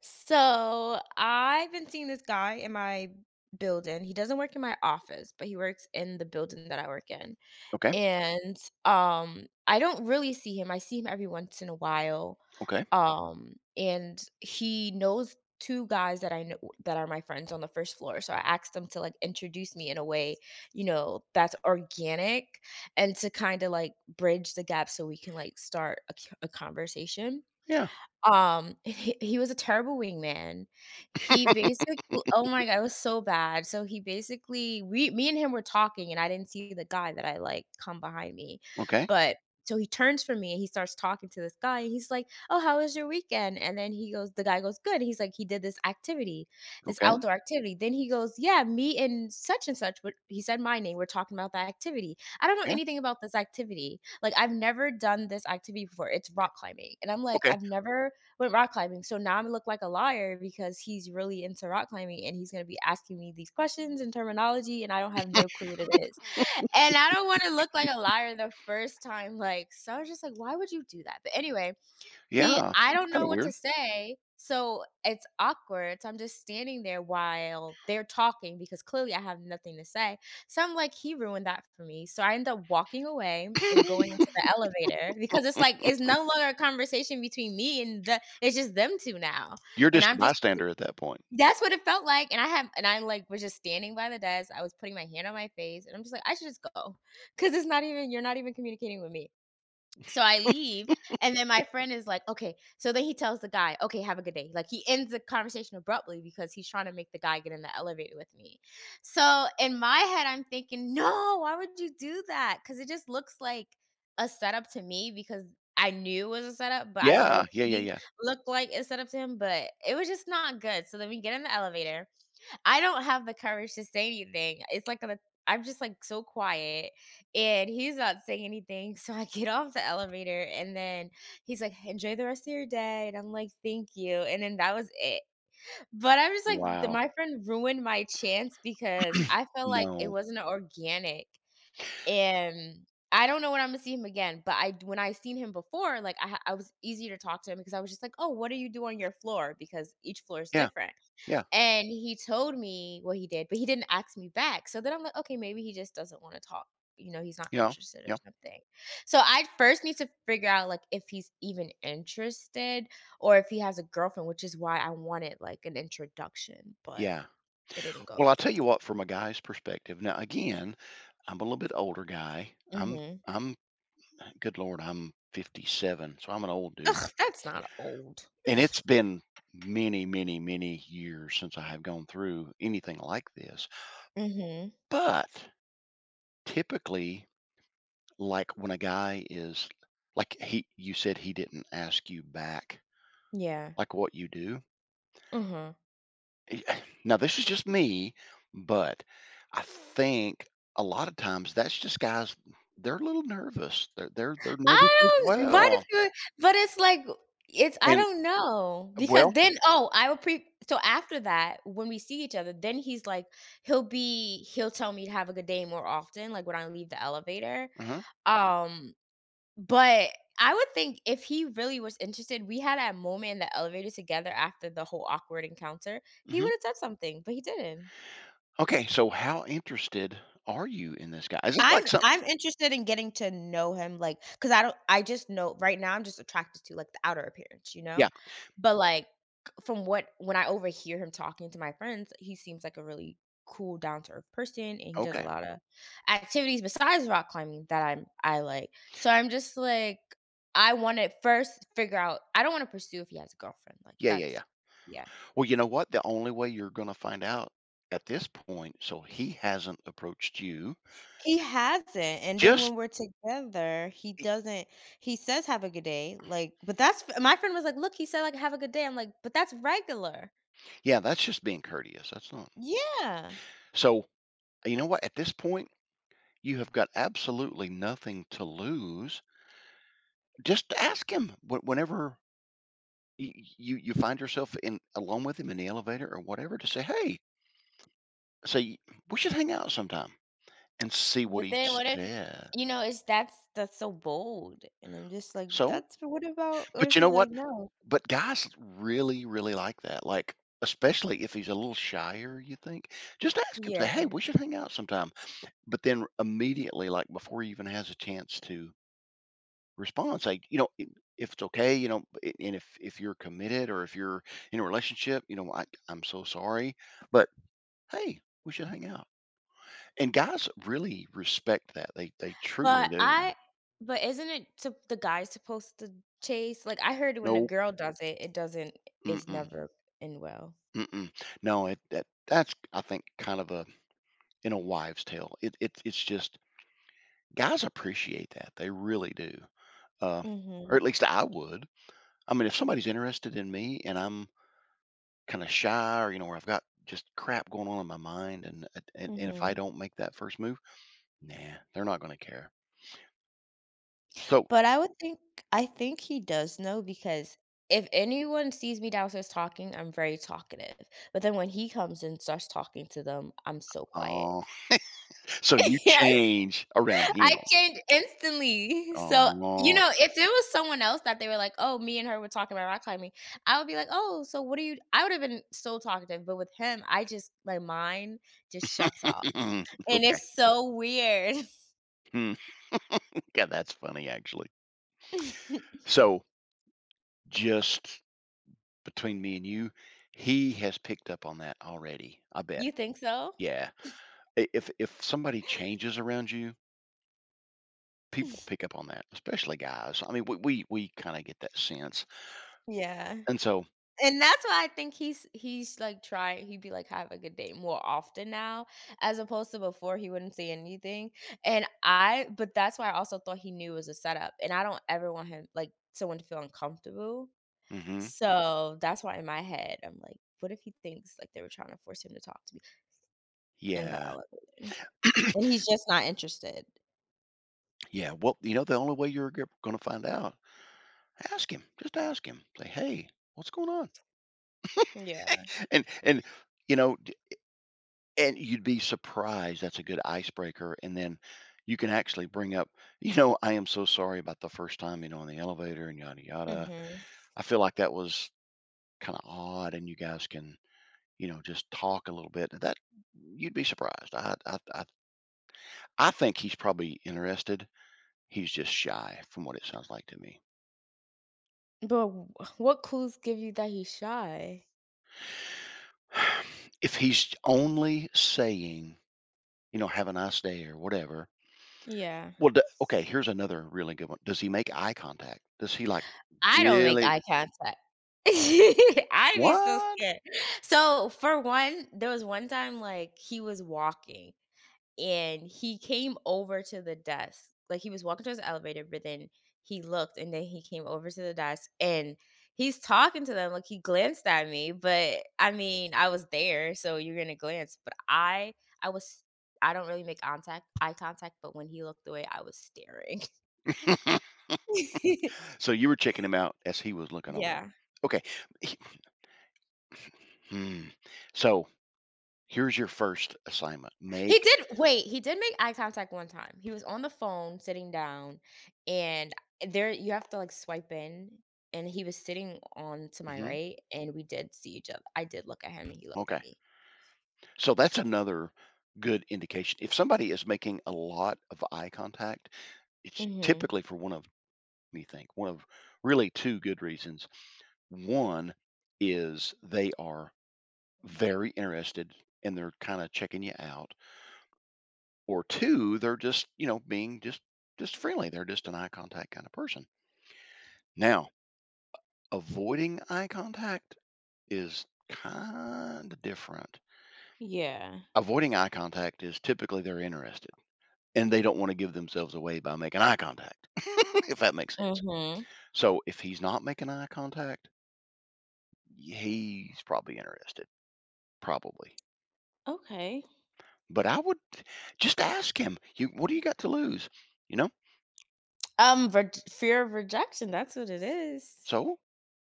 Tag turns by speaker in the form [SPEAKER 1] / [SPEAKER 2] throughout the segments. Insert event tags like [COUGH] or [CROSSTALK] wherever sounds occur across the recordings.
[SPEAKER 1] So I've been seeing this guy in my building. He doesn't work in my office, but he works in the building that I work in.
[SPEAKER 2] Okay,
[SPEAKER 1] And I don't really see him. I see him every once in a while.
[SPEAKER 2] okay.
[SPEAKER 1] And he knows two guys that I know that are my friends on the first floor. So I asked them to like introduce me in a way, that's organic and to kind of like bridge the gap so we can like start a conversation.
[SPEAKER 2] Yeah,
[SPEAKER 1] And he was a terrible wingman. He basically, oh my god, it was so bad. So he basically we me and him were talking, and I didn't see the guy that I like come behind me,
[SPEAKER 2] okay,
[SPEAKER 1] but so he turns from me and he starts talking to this guy, and he's like, "Oh, how was your weekend?" And then the guy goes, "Good." He's like, "He did this activity, this
[SPEAKER 2] okay,
[SPEAKER 1] outdoor activity." Then he goes, "Yeah, me and such and such." But he said my name. We're talking about that activity. I don't know
[SPEAKER 2] yeah,
[SPEAKER 1] anything about this activity. Like I've never done this activity before. It's rock climbing, and I'm like,
[SPEAKER 2] okay.
[SPEAKER 1] I've never with rock climbing. So now I'm look like a liar because he's really into rock climbing and he's gonna be asking me these questions and terminology, and I don't have no clue what it is. And I don't wanna look like a liar the first time, like, so I was just like, why would you do that? But anyway, he
[SPEAKER 2] Yeah,
[SPEAKER 1] I
[SPEAKER 2] that's
[SPEAKER 1] don't
[SPEAKER 2] kinda
[SPEAKER 1] know what
[SPEAKER 2] weird.
[SPEAKER 1] to say, so it's awkward, so I'm just standing there while they're talking because clearly I have nothing to say, so I'm like, "He ruined that for me," so I end up walking away and going into the
[SPEAKER 2] [LAUGHS]
[SPEAKER 1] elevator because it's like it's no longer a conversation between me and the it's just them 2 now,
[SPEAKER 2] You're
[SPEAKER 1] and
[SPEAKER 2] just a
[SPEAKER 1] I'm just
[SPEAKER 2] bystander at that point.
[SPEAKER 1] that's what it felt like, and I have and I, like, was just standing by the desk. I was putting my hand on my face, and I'm just like, "I should just go because it's not even you're not even communicating with me." So I leave, and then my friend is like, "Okay." So then he tells the guy, "Okay, have a good day." Like he ends the conversation abruptly because he's trying to make the guy get in the elevator with me. So in my head, I'm thinking, "No, why would you do that?" Because it just looks like a setup to me because I knew it was a setup, but I don't know
[SPEAKER 2] Yeah,
[SPEAKER 1] if
[SPEAKER 2] yeah, yeah,
[SPEAKER 1] he
[SPEAKER 2] yeah.
[SPEAKER 1] looked like a setup to him, but it was just not good. So then we get in the elevator. I don't have the courage to say anything. It's like a I'm just like so quiet and he's not saying anything. [LAUGHS] So I get off the elevator, and then he's like, enjoy the rest of your day. And I'm like, thank you. And then that was it. But I'm just like,
[SPEAKER 2] Wow.
[SPEAKER 1] my friend ruined my chance because I felt like it
[SPEAKER 2] No.
[SPEAKER 1] wasn't organic. And I don't know when I'm gonna see him again, but I when I seen him before, like I was easier to talk to him because I was just like, oh, what do you do on your floor? Because each floor is
[SPEAKER 2] Yeah,
[SPEAKER 1] different.
[SPEAKER 2] yeah,
[SPEAKER 1] And he told me what he did, but he didn't ask me back. So then I'm like, okay, maybe he just doesn't wanna talk. You know, he's not
[SPEAKER 2] yeah,
[SPEAKER 1] interested or
[SPEAKER 2] yeah,
[SPEAKER 1] something. So I first need to figure out, like, if he's even interested or if he has a girlfriend, which is why I wanted, like, an introduction, but
[SPEAKER 2] yeah.
[SPEAKER 1] it didn't go
[SPEAKER 2] Well, I'll
[SPEAKER 1] that
[SPEAKER 2] tell
[SPEAKER 1] way.
[SPEAKER 2] you what, from a guy's perspective now again, I'm a little bit older guy. I'm
[SPEAKER 1] Mhm.
[SPEAKER 2] I'm good lord, I'm 57, so I'm an old dude,
[SPEAKER 1] Ugh, that's not old.
[SPEAKER 2] and it's been many, many, many years since I have gone through anything like this,
[SPEAKER 1] Mhm.
[SPEAKER 2] but typically, like when a guy is like, he you said he didn't ask you back
[SPEAKER 1] Yeah.
[SPEAKER 2] like what you do.
[SPEAKER 1] Mhm.
[SPEAKER 2] Eh, [SIGHS] Now this is just me, but I think a lot of times that's just guys, they're a little nervous, they're nervous as
[SPEAKER 1] I don't Why do
[SPEAKER 2] well.
[SPEAKER 1] people? But it's like, it's I
[SPEAKER 2] And
[SPEAKER 1] don't know because
[SPEAKER 2] well,
[SPEAKER 1] then, oh, I will pre so after that, when we see each other, then he's like he'll be he'll tell me to have a good day more often, like when I leave the elevator.
[SPEAKER 2] uh
[SPEAKER 1] Um, but I would think if he really was interested, we had a moment in the elevator together after the whole awkward encounter. He
[SPEAKER 2] hmm
[SPEAKER 1] would have said something, but he didn't.
[SPEAKER 2] okay, so how interested are you in this guy? Is this
[SPEAKER 1] I'm
[SPEAKER 2] like some,
[SPEAKER 1] I'm interested in getting to know him, like, cause I don't I just know right now I'm just attracted to, like, the outer appearance, you
[SPEAKER 2] yeah,
[SPEAKER 1] know? But, like, from what when I overhear him talking to my friends, he seems like a really cool, down to earth person, and he does a
[SPEAKER 2] okay,
[SPEAKER 1] lot of activities besides rock climbing that I like. So I'm just like, I wanna first figure out I don't wanna pursue if he has a girlfriend, like,
[SPEAKER 2] yeah, yeah,
[SPEAKER 1] that's
[SPEAKER 2] yeah.
[SPEAKER 1] yeah.
[SPEAKER 2] Well, you know what, the only way you're going to find out at this point, so he hasn't approached you.
[SPEAKER 1] He hasn't, and then
[SPEAKER 2] Just,
[SPEAKER 1] when we're together, he
[SPEAKER 2] eh,
[SPEAKER 1] doesn't he says, "Have a good day," like, but that's my friend was like, "Look, he said, like Have a good day.'" I'm like, "But that's regular."
[SPEAKER 2] yeah, that's just being courteous. That's not.
[SPEAKER 1] Yeah.
[SPEAKER 2] So, you know what? At this point, you have got absolutely nothing to lose. Just ask him, whenever y- you find yourself in alone with him in the elevator or whatever, to say, "Hey, say we should hang out sometime," and see what
[SPEAKER 1] But
[SPEAKER 2] he
[SPEAKER 1] then what if
[SPEAKER 2] said.
[SPEAKER 1] you know, it's that's so bold, and I'm just like,
[SPEAKER 2] So,
[SPEAKER 1] "That's what about what
[SPEAKER 2] but
[SPEAKER 1] if
[SPEAKER 2] you know
[SPEAKER 1] he's like,
[SPEAKER 2] what?
[SPEAKER 1] no?"
[SPEAKER 2] But guys really really like that. Like especially if he's a little shyer, you think. Just ask him, say,
[SPEAKER 1] Yeah,
[SPEAKER 2] "Hey, we should hang out sometime." But then immediately, like before he even has a chance to response, like, you know, if it's okay, you know, and if you're committed or if you're in a relationship, you know, I'm so sorry, but hey, we should hang out, and guys really respect that, they truly
[SPEAKER 1] but
[SPEAKER 2] do.
[SPEAKER 1] I but isn't it sup the guy supposed to chase? Like, I heard when a
[SPEAKER 2] No,
[SPEAKER 1] girl does it, it doesn't it's
[SPEAKER 2] mm-mm,
[SPEAKER 1] never end well.
[SPEAKER 2] mm-mm. No, it that's I think kind of a, in a wives tale, it's just guys appreciate that, they really do. uh, or
[SPEAKER 1] Mhm,
[SPEAKER 2] at least I would. I mean, if somebody's interested in me and I'm kind of shy, or you know, where I've got just crap going on in my mind, and if I
[SPEAKER 1] mhm.
[SPEAKER 2] don't make that first move, nah, they're not going to care. So,
[SPEAKER 1] But I think he does know because if anyone sees me downstairs talking, I'm very talkative. But then when he comes and starts talking to them, I'm so quiet.
[SPEAKER 2] oh, so you
[SPEAKER 1] [LAUGHS] Yes,
[SPEAKER 2] change around him.
[SPEAKER 1] I change instantly. So, you
[SPEAKER 2] Oh,
[SPEAKER 1] know, if it was someone else that they were like, "Oh, me and her were talking about rock climbing," I would be like, "Oh, so what are you?" I would have been so talkative, but with him, I just my mind just shuts
[SPEAKER 2] [LAUGHS]
[SPEAKER 1] off,
[SPEAKER 2] okay.
[SPEAKER 1] and it's so weird.
[SPEAKER 2] Hmm. Yeah, that's funny actually.
[SPEAKER 1] [LAUGHS]
[SPEAKER 2] So, just between me and you, he has picked up on that already, I bet.
[SPEAKER 1] You think so?
[SPEAKER 2] Yeah. If somebody changes around you, people pick up on that, especially guys. I mean, we kind of get that sense.
[SPEAKER 1] Yeah.
[SPEAKER 2] And so,
[SPEAKER 1] And that's why I think he's, like, trying he'd be like, "Have a good day," more often now, as opposed to before he wouldn't say anything, and I but that's why I also thought he knew it was a setup, and I don't ever want him like, someone to feel uncomfortable,
[SPEAKER 2] mhm,
[SPEAKER 1] so that's why in my head, I'm like, "What if he thinks, like, they were trying to force him to talk to me in the
[SPEAKER 2] yeah,
[SPEAKER 1] elevator, and he's just not interested?"
[SPEAKER 2] yeah, well, you know, the only way you're gonna find out, ask him. Just ask him. Say, "Hey, what's going on?"
[SPEAKER 1] Yeah.
[SPEAKER 2] [LAUGHS] And you know, and you'd be surprised. That's a good icebreaker. And then you can actually bring up, you know, I am so sorry about the first time, you know, in the elevator and yada yada.
[SPEAKER 1] Mhm.
[SPEAKER 2] I feel like that was kind of odd, and you guys can, you know, just talk a little bit. That, you'd be surprised. I think he's probably interested. He's just shy, from what it sounds like to me.
[SPEAKER 1] But w what clues give you that he's shy?
[SPEAKER 2] If he's only saying, you know, "Have a nice day," or whatever.
[SPEAKER 1] Yeah.
[SPEAKER 2] Well, d okay, here's another really good one. Does he make eye contact? Does he, like,
[SPEAKER 1] I don't make
[SPEAKER 2] really,
[SPEAKER 1] eye contact. [LAUGHS] I'd be so
[SPEAKER 2] what?
[SPEAKER 1] scared. So, for one, there was one time, like, he was walking and he came over to the desk. Like, he was walking towards the elevator, but then he looked and then he came over to the desk and he's talking to them. Like, he glanced at me, but I mean, I was there, so you're gonna glance. But I was, I don't really make contact, eye contact, but when he looked away, I was staring. [LAUGHS]
[SPEAKER 2] So you were checking him out as he was looking over.
[SPEAKER 1] Yeah.
[SPEAKER 2] Okay. He hmm. So here's your first assignment. Make,
[SPEAKER 1] He did wait, he did make eye contact one time. He was on the phone sitting down, and there you have to, like, swipe in, and he was sitting on to my
[SPEAKER 2] mhm,
[SPEAKER 1] right, and we did see each other. I did look at him, and he looked at
[SPEAKER 2] okay.
[SPEAKER 1] me.
[SPEAKER 2] So that's another good indication. If somebody is making a lot of eye contact, it's
[SPEAKER 1] Mhm.
[SPEAKER 2] typically for one of really two good reasons. One is they are very interested and they're kind of checking you out, or two, they're just, you know, being just friendly. They're just an eye contact kind of person. Now, avoiding eye contact is kind of different.
[SPEAKER 1] Yeah.
[SPEAKER 2] Avoiding eye contact is typically, they're interested and they don't want to give themselves away by making eye contact, [LAUGHS] if that makes sense.
[SPEAKER 1] Mhm.
[SPEAKER 2] So if he's not making eye contact, he's probably interested, probably.
[SPEAKER 1] Okay.
[SPEAKER 2] But I would just ask him, "You, what do you got to lose?" You know?
[SPEAKER 1] Rej Fear of rejection, that's what it is.
[SPEAKER 2] So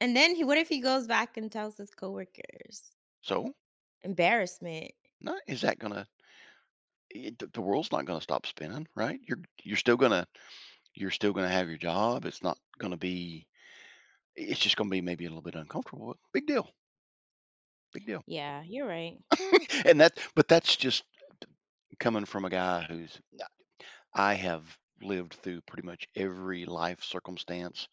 [SPEAKER 1] And then he what if he goes back and tells his coworkers?
[SPEAKER 2] so
[SPEAKER 1] Embarrassment.
[SPEAKER 2] not, is that gonna, the world's not gonna stop spinning, right? You're still gonna have your job. It's not gonna be it's just gonna be maybe a little bit uncomfortable, but big deal, big deal.
[SPEAKER 1] Yeah, you're right.
[SPEAKER 2] [LAUGHS] And that's just coming from a guy who's I have lived through pretty much every life circumstance,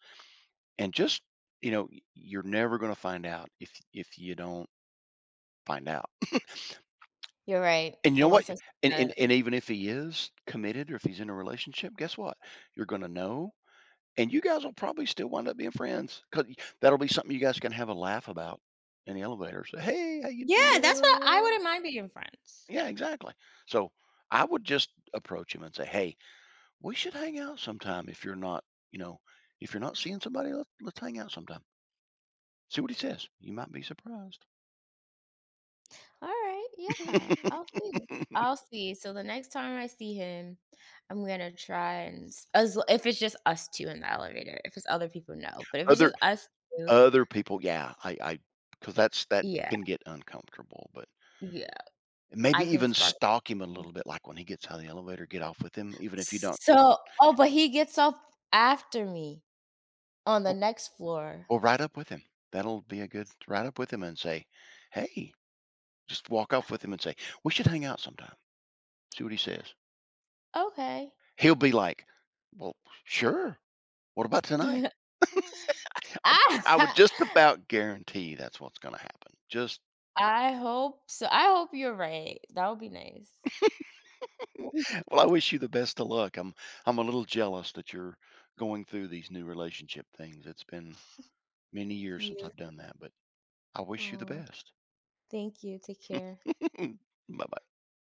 [SPEAKER 2] and just, you know, you're never gonna find out if you don't find out.
[SPEAKER 1] You're right,
[SPEAKER 2] And you know what?
[SPEAKER 1] unless I said
[SPEAKER 2] And and
[SPEAKER 1] [LAUGHS]
[SPEAKER 2] and
[SPEAKER 1] that.
[SPEAKER 2] even if he is committed or if he's in a relationship, guess what? You're gonna know, and you guys will probably still wind up being friends, because that'll be something you guys can have a laugh about in the elevator. Say, "Hey, how you
[SPEAKER 1] Yeah, that's what I
[SPEAKER 2] doing?"
[SPEAKER 1] wouldn't mind being friends.
[SPEAKER 2] Yeah, exactly. So, I would just approach him and say, "Hey, we should hang out sometime if you're not, you know, if you're not seeing somebody, let's hang out sometime." See what he says. You might be surprised.
[SPEAKER 1] Alright, yeah, I'll
[SPEAKER 2] [LAUGHS]
[SPEAKER 1] see. I'll see. So the next time I see him, I'm gonna try and s as if it's just us 2 in the elevator, if it's other people, no, but if it's
[SPEAKER 2] Other
[SPEAKER 1] just us 2,
[SPEAKER 2] Other people, yeah, I, because that
[SPEAKER 1] yeah,
[SPEAKER 2] can get uncomfortable, but
[SPEAKER 1] yeah,
[SPEAKER 2] maybe
[SPEAKER 1] I can
[SPEAKER 2] even
[SPEAKER 1] spark up.
[SPEAKER 2] stalk him a little bit, like, when he gets out of the elevator, get off with him, even if you don't,
[SPEAKER 1] So, oh, but he gets off after me on the
[SPEAKER 2] or
[SPEAKER 1] next floor.
[SPEAKER 2] or ride up with him. That'll be a good, ride up with him and say, "Hey," just walk off with him and say, "We should hang out sometime." See what he says.
[SPEAKER 1] Okay.
[SPEAKER 2] He'll be like, "Well, sure. What about tonight?"
[SPEAKER 1] [LAUGHS]
[SPEAKER 2] I would
[SPEAKER 1] I
[SPEAKER 2] just about guarantee that's what's gonna happen. Just
[SPEAKER 1] I hope so, I hope you're right. That would be nice. [LAUGHS]
[SPEAKER 2] Well, I wish you the best of luck. I'm a little jealous that you're going through these new relationship things. It's been many years since
[SPEAKER 1] Yeah.
[SPEAKER 2] I've done that, but I wish you the
[SPEAKER 1] Oh,
[SPEAKER 2] best.
[SPEAKER 1] thank you, take care.
[SPEAKER 2] [LAUGHS] Bye-bye.